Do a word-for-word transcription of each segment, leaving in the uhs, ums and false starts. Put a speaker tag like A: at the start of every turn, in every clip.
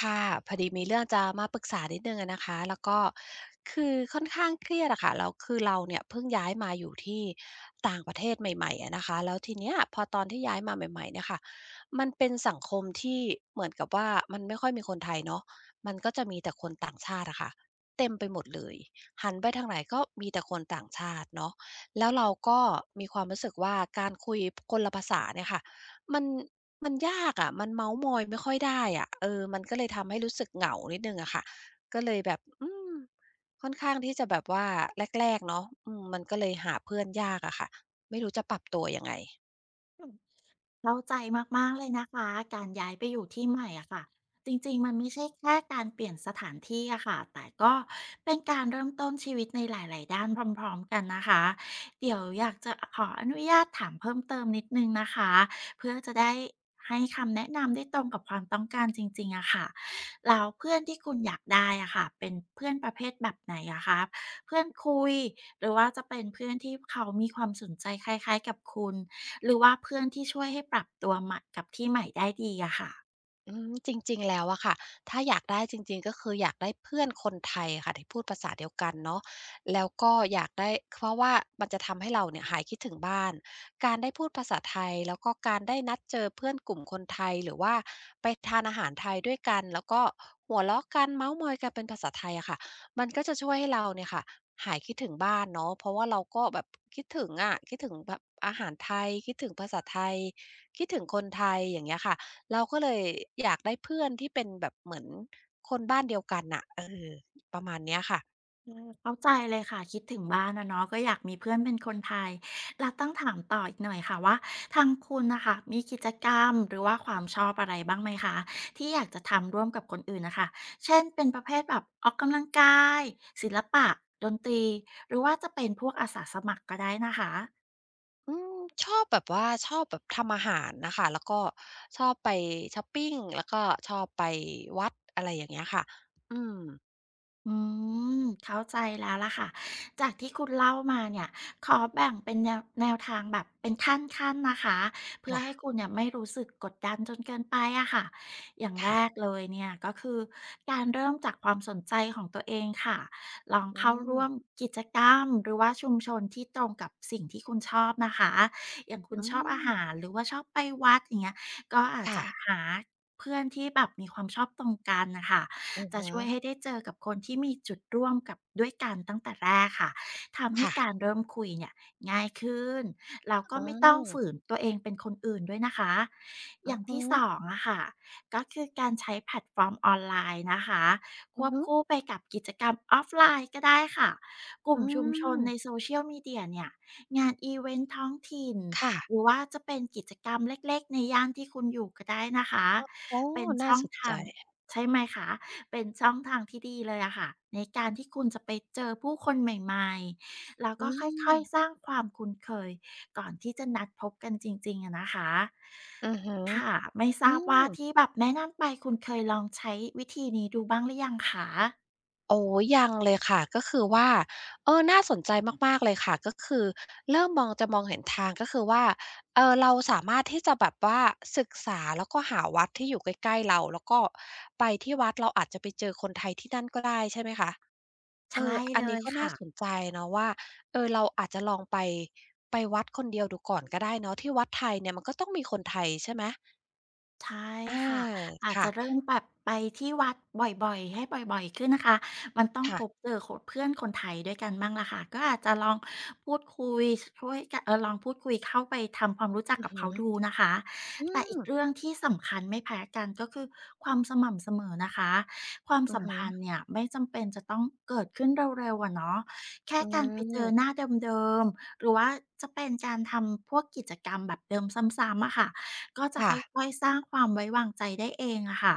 A: ค่ะพอดีมีเรื่องจะมาปรึกษานิดนึงอะนะคะแล้วก็คือค่อนข้างเครียดอะค่ะแล้วคือเราเนี่ยเพิ่งย้ายมาอยู่ที่ต่างประเทศใหม่ๆอะนะคะแล้วทีเนี้ยพอตอนที่ย้ายมาใหม่ๆเนี่ยค่ะมันเป็นสังคมที่เหมือนกับว่ามันไม่ค่อยมีคนไทยเนาะมันก็จะมีแต่คนต่างชาติอะค่ะเต็มไปหมดเลยหันไปทางไหนก็มีแต่คนต่างชาติเนาะแล้วเราก็มีความรู้สึกว่าการคุยคนละภาษาเนี่ยค่ะมัน มันยากอะมันเม้าท์มอยไม่ค่อยได้อะเออมันก็เลยทำให้รู้สึกเหงานิดหนึ่งอะค่ะ ก็เลยแบบอืมค่อนข้างที่จะแบบว่าแรกๆเนาะอืมมันก็เลยหาเพื่อนยากอะค่ะ ไม่รู้จะปรับตัวยังไง
B: เข้าใจมากๆเลยนะคะการย้ายไปอยู่ที่ใหม่อะค่ะจริงๆมันไม่ใช่แค่การเปลี่ยนสถานที่อะค่ะแต่ก็เป็นการเริ่มต้นชีวิตในหลายๆด้านพร้อมๆกันนะคะเดี๋ยวอยากจะขออนุญาตถามเพิ่มเติมนิดนึงนะคะเพื่อจะได้ให้คำแนะนำได้ตรงกับความต้องการจริงๆอะค่ะแล้วเพื่อนที่คุณอยากได้อะค่ะเป็นเพื่อนประเภทแบบไหนอะคะเพื่อนคุยหรือว่าจะเป็นเพื่อนที่เขามีความสนใจคล้ายๆกับคุณ หรือว่าเพื่อนที่ช่วยให้ปรับตัวใหม่กับที่ใหม่ได้ดีอะค่ะ
A: อืมจริงๆแล้วอะค่ะถ้าอยากได้จริงๆก็คืออยากได้เพื่อนคนไทยค่ะที่พูดภาษาเดียวกันเนาะแล้วก็อยากได้เพราะว่ามันจะทำให้เราเนี่ยหายคิดถึงบ้านการได้พูดภาษาไทยแล้วก็การได้นัดเจอเพื่อนกลุ่มคนไทยหรือว่าไปทานอาหารไทยด้วยกันแล้วก็หัวเราะกันเม้าท์มอยกันเป็นภาษาไทยอะค่ะมันก็จะช่วยให้เราเนี่ยค่ะหายคิดถึงบ้านเนาะเพราะว่าเราก็แบบคิดถึงอะคิดถึงแบบอาหารไทยคิดถึงภาษาไทยคิดถึงคนไทยอย่างเงี้ยค่ะ เราก็เลยอยากได้เพื่อนที่เป็นแบบเหมือนคนบ้านเดียวกันน่ะเออประมาณเนี้ยค่ะ
B: เข้าใจเลยค่ะคิดถึงบ้านอะเนาะก็อยากมีเพื่อนเป็นคนไทยแล้วต้องถามต่ออีกหน่อยค่ะว่าทางคุณน่ะค่ะมีกิจกรรมหรือว่าความชอบอะไรบ้างไหมคะที่อยากจะทำร่วมกับคนอื่นน่ะค่ะเช่นเป็นประเภทแบบออกกำลังกายศิลปะดนตรีหรือว่าจะเป็นพวกอาสาสมัครก็ได้นะคะ
A: อืมชอบแบบว่าชอบแบบทำอาหารน่ะค่ะแล้วก็ชอบไปช็อปปิงแล้วก็ชอบไปวัดอะไรอย่างเงี้ยค่ะอืม
B: อืมเข้าใจแล้วล่ะค่ะจากที่คุณเล่ามาเนี่ยขอแบ่งเป็นแนวแนวทางแบบเป็นขั้นๆนะคะเพื่อให้
A: ค
B: คุณเนี่ยไม่รู้สึกกดดันจนเกินไปอะค่ะอย่างแร
A: ่ะๆ
B: กเลยเนี่ยก็คือการเริ่มจากความสนใจของตัวเองค่ะลอง
A: อื
B: เข้าร่วม
A: ม
B: กิจกรรมหรือว่าชุมชนที่ตรงกับสิ่งที่คุณชอบนะคะอย่างคุณ
A: อื
B: ชอบอา
A: ม
B: หารหรือว่าชอบไปวัดอย่างเงี้ยก็อาจจะ
A: ค่ะ
B: หาเพื่อนที่แบบมีความชอบตรงกันนะคะ
A: อือ
B: จะ
A: ฮึ
B: ช่วยให้ได้เจอกับคนที่มีจุดร่วมกับด้วยกันตั้งแต่แรกค่ะทำให้
A: ค่ะ
B: การเริ่มคุยเนี่ยง่ายขึ้นแล้วก็
A: อื
B: ไม่ต้องฝื
A: ม
B: นตัวเองเป็นคนอื่นด้วยนะคะอ
A: อื
B: ย่า
A: อ
B: ง
A: ฮึ
B: ที่สองอะค่ะก็คือการใช้แพลตฟอร์มออนไลน์นะคะค
A: อือ
B: วบ
A: ฮึ
B: คู่ไปกับกิจกรรมออฟไลน์ก็ได้ค่ะกลุ่
A: อื
B: มชุมชนในโซ
A: ม
B: เชียลมีเดียเนี่ยงานอีเวนต์ท้องถิ่น
A: ค่ะ
B: หรือว่าจะเป็นกิจกรรมเล็กๆในย่านที่คุณอยู่ก็ได้นะคะ
A: โอ้
B: เป็น
A: น่า
B: ช่อง
A: สนใจ
B: ทางใช่ไหมคะ เป็นช่องทางที่ดีเลยอะค่ะในการที่คุณจะไปเจอผู้คนใหม่ๆแล้ว
A: อื
B: ก็ค่อย
A: ม
B: ๆสร้างความคุ้นเคยก่อนที่จะนัดพบกันจริงๆอะนะคะ
A: อือฮึ
B: ค่ะไม่ท
A: อื
B: ราบว่า
A: ม
B: ที่แบบแนะนำไปคุณเคยลองใช้วิธีนี้ดูบ้างหรือยังคะ
A: โอ้ยังเลยค่ะก็คือว่าเออน่าสนใจมากๆเลยค่ะก็คือเริ่มมองจะมองเห็นทางก็คือว่าเอ่อเราสามารถที่จะแบบว่าศึกษาแล้วก็หาวัดที่อยู่ใกล้ๆเราแล้วก็ไปที่วัดเราอาจจะไปเจอคนไทยที่นั่นก็ได้ใช่ไหมคะเอ
B: ใช่
A: ออัน
B: เล
A: นี้
B: ย
A: ก็น่า
B: ค่ะ
A: สนใจเนาะว่าเออเราอาจจะลองไปไปวัดคนเดียวดูก่อนก็ได้เนาะที่วัดไทยเนี่ยมันก็ต้องมีคนไทยใช่ไหม
B: ใช่
A: อา
B: ค่ะอาจ
A: ค่ะ
B: จะเริ่มแบบไปที่วัดบ่อยๆให้บ่อยๆขึ้นนะคะมันต้องพ
A: ค่ะ
B: บเจอคนเพื่อนคนไทยด้วยกันบ้างล่ะค่ะก็อาจจะลองพูดคุยช่วยกันเออลองพูดคุยเข้าไปทำความรู้จัก
A: อือ
B: กับ
A: ฮึ
B: เขาดูนะคะ
A: อื
B: แต่อี
A: ม
B: กเรื่องที่สำคัญไม่แพ้กันก็คือความสม่ำเสมอนะคะความ
A: อือ
B: สัม
A: ฮึ
B: พันธ์เนี่ยไม่จำเป็นจะต้องเกิดขึ้นเร็วๆอะเนาะแค่
A: อื
B: การไปเจอห
A: ม
B: น้าเดิมๆหรือว่าจะเป็นการทำพวกกิจกรรมแบบเดิมซ้ำๆอะค่ะ ก็จะค
A: ค่ะ
B: ่อยๆสร้างความไว้วางใจได้เองอะค่ะ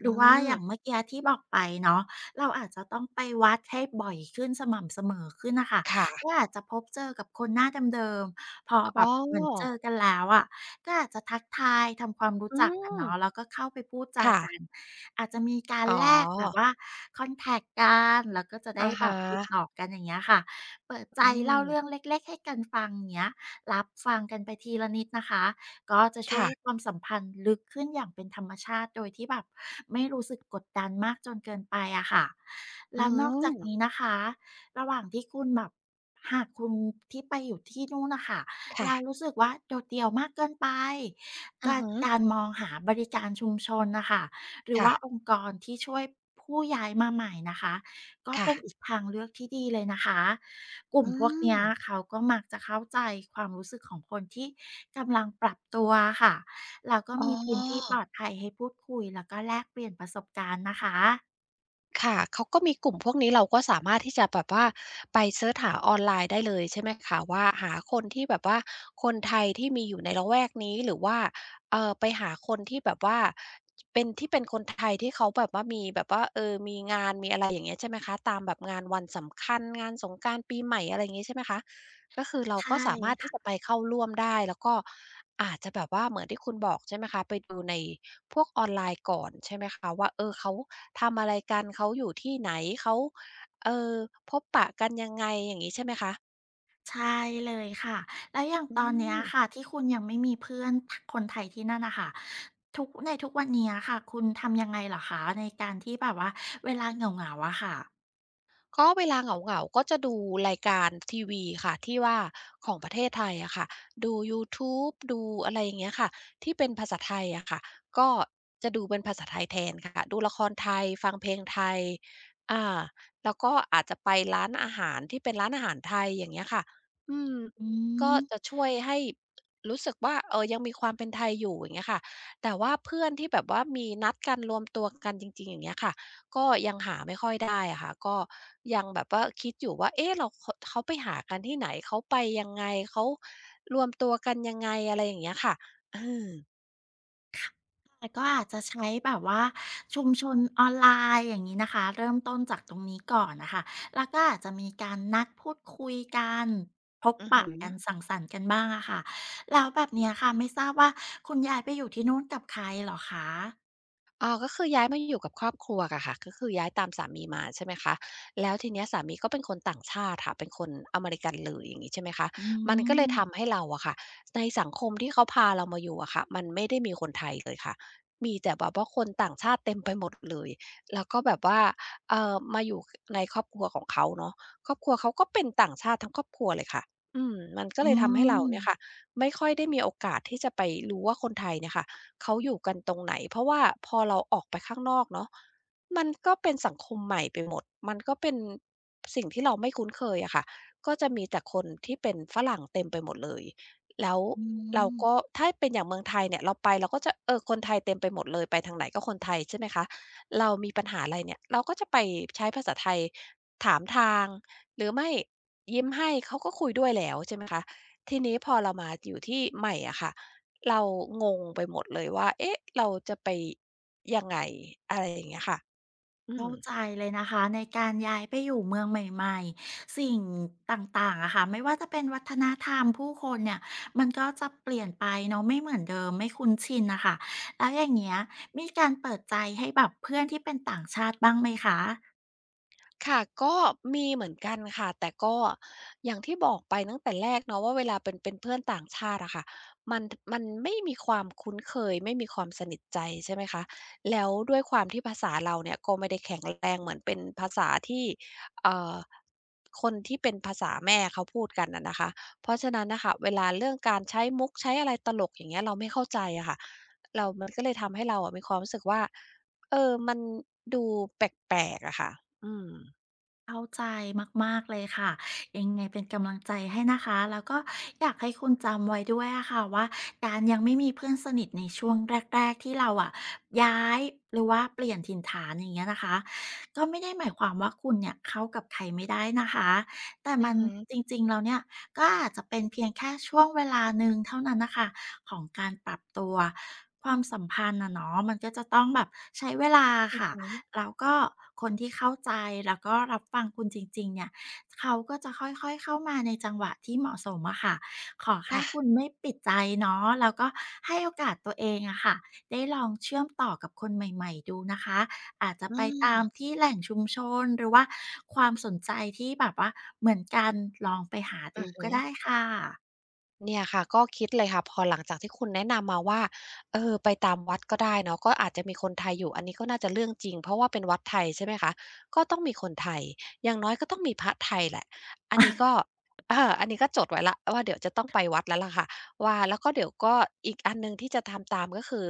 B: ห
A: อื
B: รือว่าอย่าง
A: ม
B: เมื่อกี้ที่บอกไปเนาะเราอาจจะต้องไปวัดให้บ่อยขึ้นสม่ำเสมอขึ้นน่ะค่ะก็
A: ค่ะ
B: อาจจะพบเจอกับคนหน้าเดิมๆพอแบ
A: อ๋อ
B: บเหมือนเจอกันแล้วอะก็อาจจะทักทายทำความรู้
A: อื
B: จักกัน
A: ม
B: เนาะแล้วก็เข้าไปพูดจา
A: ค่ะ
B: กันอาจจะมีการ
A: อ๋อ
B: แลกแบบว่าคอนแท็กกันแล้วก็จะได้
A: อะ
B: แบ
A: ฮะ
B: บติดต่อกันอย่างเงี้ยค่ะเปิดใจ
A: อื
B: เล่าเรื่อง
A: ม
B: เล็กๆให้กันฟังอย่างเงี้ยรับฟังกันไปทีละนิดนะคะ ก็จะช่วย
A: ค่ะ
B: ให้ความสัมพันธ์ลึกขึ้นอย่างเป็นธรรมชาติโดยที่แบบไม่รู้สึกกดดันมากจนเกินไปอะค่ะ
A: อื
B: แล้วนอก
A: ม
B: จากนี้นะคะระหว่างที่คุณแบบหากคุณที่ไปอยู่ที่นู่นน่ะค่ะเรา
A: ค่ะ
B: รู้สึกว่าโดดเดี่ยวมากเกินไป
A: อือ
B: การ
A: ฮึ
B: การมองหาบริการชุมชนน่ะค่ะหรือ
A: ค่ะ
B: ว่าองค์กรที่ช่วยผู้ย้ายมาใหม่นะคะก็
A: ค่ะ
B: เป็นอีกทางเลือกที่ดีเลยนะคะกลุ่ม
A: อื
B: พวกเนี้ย
A: ม
B: เขาก็มักจะเข้าใจความรู้สึกของคนที่ กำลังปรับตัวค่ะแล้วก็
A: อ๋อ
B: มีพื้นที่ปลอดภัยให้พูดคุยแล้วก็แลกเปลี่ยนประสบการณ์นะคะ
A: ค่ะเขาก็มีกลุ่มพวกนี้เราก็สามารถที่จะแบบว่าไปเซิร์ชหาออนไลน์ได้เลยใช่ไหมคะว่าหาคนที่แบบว่าคนไทยที่มีอยู่ในละแวกนี้หรือว่าเอ่อไปหาคนที่แบบว่าเป็นที่เป็นคนไทยที่เขาแบบว่ามีแบบว่าเออมีงานมีอะไรอย่างเงี้ยใช่ไหมคะตามแบบงานวันสำคัญงานสงกรานต์ปีใหม่อะไรอย่างงี้ใช่ไหมคะ ก็คือเรา
B: ใช่
A: ก็สามารถที่จะไป
B: ค่ะ
A: เข้าร่วมได้แล้วก็อาจจะแบบว่าเหมือนที่คุณบอกใช่ไหมคะไปดูในพวกออนไลน์ก่อนใช่ไหมคะว่าเออเขาทำอะไรกันเขาอยู่ที่ไหนเขาเออพบปะกันยังไงอย่างงี้ใช่ไหมคะ
B: ใช่เลยค่ะ แล้วอย่าง
A: อื
B: ตอนเนี้ย
A: ม
B: ค่ะที่คุณยังไม่มีเพื่อนทคนไทยที่นั่นน่ะค่ะทุกในทุกวันเนี้ยค่ะคุณทำยังไงเหรอคะในการที่แบบว่าเวลาเหงาๆอะค่ะ
A: ก็เวลาเหงาๆก็จะดูรายการทีวีค่ะที่ว่าของประเทศไทยอะค่ะดูยูทูบดูอะไรอย่างเงี้ยค่ะที่เป็นภาษาไทยอะค่ะก็จะดูเป็นภาษาไทยแทนค่ะดูละครไทยฟังเพลงไทยอาแล้วก็อาจจะไปร้านอาหารที่เป็นร้านอาหารไทยอย่างเงี้ยค่ะอืม
B: อื
A: ก็
B: ม
A: จะช่วยให้รู้สึกว่าเออยังมีความเป็นไทยอยู่อย่างเงี้ยค่ะแต่ว่าเพื่อนที่แบบว่ามีนัดกันรวมตัวกันจริงๆอย่างเงี้ยค่ะ ก็ยังหาไม่ค่อยได้อะค่ะก็ยังแบบว่าคิดอยู่ว่าเอ๊ะเราขเขาไปหากันที่ไหนเขาไปยังไงเขารวมตัวกันยังไงอะไรอย่างเงี้ยค่ะเออ
B: แต่ก็อาจจะใช้แบบว่าชุมชนออนไลน์อย่างนี้นะคะเริ่มต้นจากตรงนี้ก่อนนะคะแล้วก็อาจจะมีการนัดพูดคุยกันพบ
A: อือ
B: ปะ
A: ฮึ
B: กันสังสรรค์กันบ้างอะค่ะแล้วแบบเนี้ยค่ะไม่ทราบว่าคุณยายไปอยู่ที่นู่นกับใครเหรอคะ
A: อ๋อก็คือย้ายมาอยู่กับครอบครัวอะค่ะก็คือย้ายตามสามีมาใช่ไหมคะแล้วทีเนี้ยสามีก็เป็นคนต่างชาติค่ะเป็นคนอเมริกันเลยอย่างงี้ใช่ไหมคะ
B: อื
A: มันก็เลยทำ
B: ม
A: ให้เราอะค่ะในสังคมที่เขาพาเรามาอยู่อะค่ะมันไม่ได้มีคนไทยเลยค่ะมีแต่แบบว่าคนต่างชาติเต็มไปหมดเลยแล้วก็แบบว่าเอ่อมาอยู่คในครอบครัวของเขาเนาะครอบครัวเขาก็เป็นต่างชาติทั้งครอบครัวเลยค่ะอืมมันก็
B: อื
A: เลยทำให้เราเนี่ยค่ะ
B: ม
A: ไม่ค่อยได้มีโอกาสที่จะไปรู้ว่าคนไทยเนี่ยค่ะ เขาอยู่กันตรงไหน เพราะว่าพอเราออกไปข้างนอกเนาะมันก็เป็นสังคมใหม่ไปหมด มันก็เป็นสิ่งที่เราไม่คุ้นเคยอะค่ะก็จะมีแต่คนที่เป็นฝรั่งเต็มไปหมดเลยแล้ว
B: อื
A: เราก็
B: ม
A: ถ้าเป็นอย่างเมืองไทยเนี่ยเราไปเราก็จะเออคนไทยเต็มไปหมดเลยไปทางไหนก็คนไทยใช่ไหมคะเรามีปัญหาอะไรเนี่ยเราก็จะไปใช้ภาษาไทยถามทางหรือไม่ยิ้มให้เขาก็คุยด้วยแล้วใช่ไหมคะทีนี้พอเรามาอยู่ที่ใหม่อะค่ะ เรางงไปหมดเลยว่า เอ๊ะ เราจะไปยังไง อะไรอย่างเงี้ยค่ะอืม
B: เข้าใจเลยนะคะในการย้ายไปอยู่เมืองใหม่ๆสิ่งต่างๆอะค่ะไม่ว่าจะเป็นวัฒนธรรมผู้คนเนี่ยมันก็จะเปลี่ยนไปเนาะไม่เหมือนเดิมไม่คุ้นชินนะคะแล้วอย่างเงี้ยมีการเปิดใจให้แบบเพื่อนที่เป็นต่างชาติบ้างไหมคะ
A: ค่ะก็มีเหมือนกันค่ะแต่ก็อย่างที่บอกไปตั้งแต่แรกเนาะว่าเวลาเป็นเป็นเพื่อนต่างชาติอะค่ะมันมันไม่มีความคุ้นเคยไม่มีความสนิทใจใช่ไหมคะแล้วด้วยความที่ภาษาเราเนี่ยก็ไม่ได้แข็งแรงเหมือนเป็นภาษาที่เอ่อคนที่เป็นภาษาแม่เขาพูดกันอะนะคะเพราะฉะนั้นน่ะค่ะเวลาเรื่องการใช้มุกใช้อะไรตลกอย่างเงี้ยเราไม่เข้าใจอะค่ะเรามันก็เลยทำให้เราอะมีความรู้สึกว่าเออมันดูแปลกๆอะค่ะอืม
B: เข้าใจมากๆเลยค่ะยังไงเป็นกำลังใจให้นะคะแล้วก็อยากให้คุณจำไว้ด้วยอะค่ะว่าการยังไม่มีเพื่อนสนิทในช่วงแรกๆที่เราอะย้ายหรือว่าเปลี่ยนถิ่นฐานอย่างเงี้ยนะคะก็ไม่ได้หมายความว่าคุณเนี่ยเข้ากับใครไม่ได้นะคะแต่
A: อื
B: มั
A: อ
B: น
A: ฮึ
B: จริงๆแล้วเนี่ยก็อาจจะเป็นเพียงแค่ช่วงเวลาหนึ่งเท่านั้นน่ะค่ะของการปรับตัวความสัมพันธ์อะเนาะมันก็จะต้องแบบใช้เวลาอะค่ะ
A: อือ
B: แล้วก็คนที่เข้าใจแล้วก็รับฟังคุณจริงๆเนี่ยเขาก็จะค่อยๆเข้ามาในจังหวะที่เหมาะสมอะค่ะขอแค่
A: ค่ะ
B: คุณไม่ปิดใจเนาะแล้วก็ให้โอกาสตัวเองอะค่ะได้ลองเชื่อมต่อกับคนใหม่ๆดูนะคะอาจจะ
A: อื
B: ไปตาม
A: ม
B: ที่แหล่งชุมชนหรือว่าความสนใจที่แบบว่าเหมือนกันลองไปหา
A: อื
B: ดู
A: อฮึ
B: ก็ได้ค่ะ
A: เนี่ยค่ะก็คิดเลยค่ะพอหลังจากที่คุณแนะนำมาว่าเออไปตามวัดก็ได้เนาะก็อาจจะมีคนไทยอยู่อันนี้ก็น่าจะเรื่องจริงเพราะว่าเป็นวัดไทยใช่ไหมคะก็ต้องมีคนไทยอย่างน้อยก็ต้องมีพระไทยแหละอันนี้ก็เอออันนี้ก็จดไว้แล้วว่าเดี๋ยวจะต้องไปวัดแล้วล่ะค่ะว่าแล้วก็เดี๋ยวก็อีกอันหนึ่งที่จะทำตามก็คือ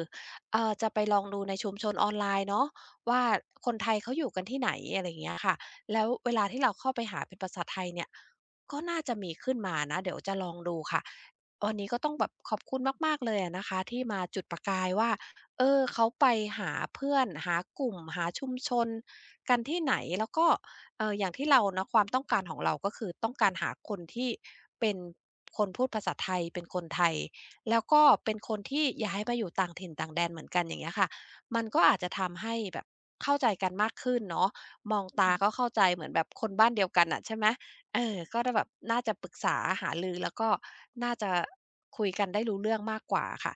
A: เอ่อจะไปลองดูในชุมชนออนไลน์เนาะว่าคนไทยเขาอยู่กันที่ไหนอะไรอย่างเงี้ยค่ะแล้วเวลาที่เราเข้าไปหาเป็นภาษาไทยเนี่ย ก็น่าจะมีขึ้นมานะเดี๋ยวจะลองดูค่ะวันนี้ก็ต้องแบบขอบคุณมากๆเลยอะนะคะที่มาจุดประกายว่าเออเขาไปหาเพื่อนหากลุ่มหาชุมชนกันที่ไหนแล้วก็เอ่ออย่างที่เราเนาะความต้องการของเราก็คือต้องการหาคนที่เป็นคนพูดภาษาไทยเป็นคนไทยแล้วก็เป็นคนที่ย้ายมาอยู่ต่างถิ่นต่างแดนเหมือนกันอย่างเงี้ยค่ะมันก็อาจจะทำให้แบบเข้าใจกันมากขึ้นเนาะมองตาก็เข้าใจเหมือนแบบคนบ้านเดียวกันอะใช่ไหม เออก็จะแบบน่าจะปรึกษาหารือแล้วก็น่าจะคุยกันได้รู้เรื่องมากกว่าค่ะ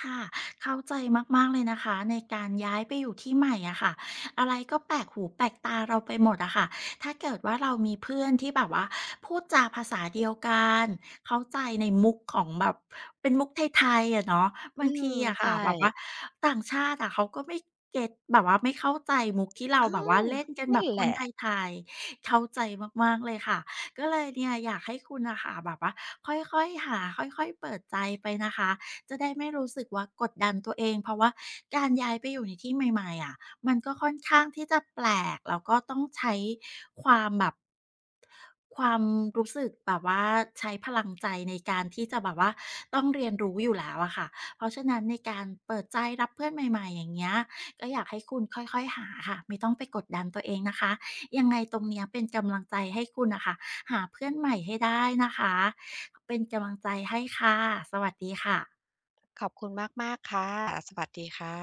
B: ค่ะเข้าใจมากๆเลยนะคะในการย้ายไปอยู่ที่ใหม่อะค่ะอะไรก็แปลกหูแปลกตาเราไปหมดอะค่ะถ้าเกิดว่าเรามีเพื่อนที่แบบว่าพูดจาภาษาเดียวกันเข้าใจในมุกของแบบเป็นมุกไทยๆอะเนาะ
A: อื
B: บาง
A: ม
B: ทีอะค่ะ
A: ใช่
B: แบบว่าต่างชาติอะเขาก็ไม่เก็ตแบบว่าไม่เข้าใจมุกที่เราแบบว่าเล่นกันแบ
A: นั่น
B: บค
A: แห
B: น
A: ละ
B: ไทยๆเข้าใจมากๆเลยค่ะก็เลยเนี่ยอยากให้คุณน่ะค่ะแบบว่าค่อยๆหาค่อยๆเปิดใจไปนะคะ จะได้ไม่รู้สึกว่ากดดันตัวเองเพราะว่าการย้ายไปอยู่ในที่ใหม่ๆอะมันก็ค่อนข้างที่จะแปลกแล้วก็ต้องใช้ความแบบความรู้สึกแบบว่าใช้พลังใจในการที่จะแบบว่าต้องเรียนรู้อยู่แล้วอะค่ะ เพราะฉะนั้นในการเปิดใจรับเพื่อนใหม่ๆอย่างเงี้ยก็อยากให้คุณค่อยๆหาค่ะไม่ต้องไปกดดันตัวเองนะคะยังไงตรงเนี้ยเป็นกำลังใจให้คุณน่ะค่ะหาเพื่อนใหม่ให้ได้นะคะเป็นกำลังใจให้ค่ะสวัสดีค่ะ
A: ขอบคุณมากๆค่ะ สวัสดีค่ะ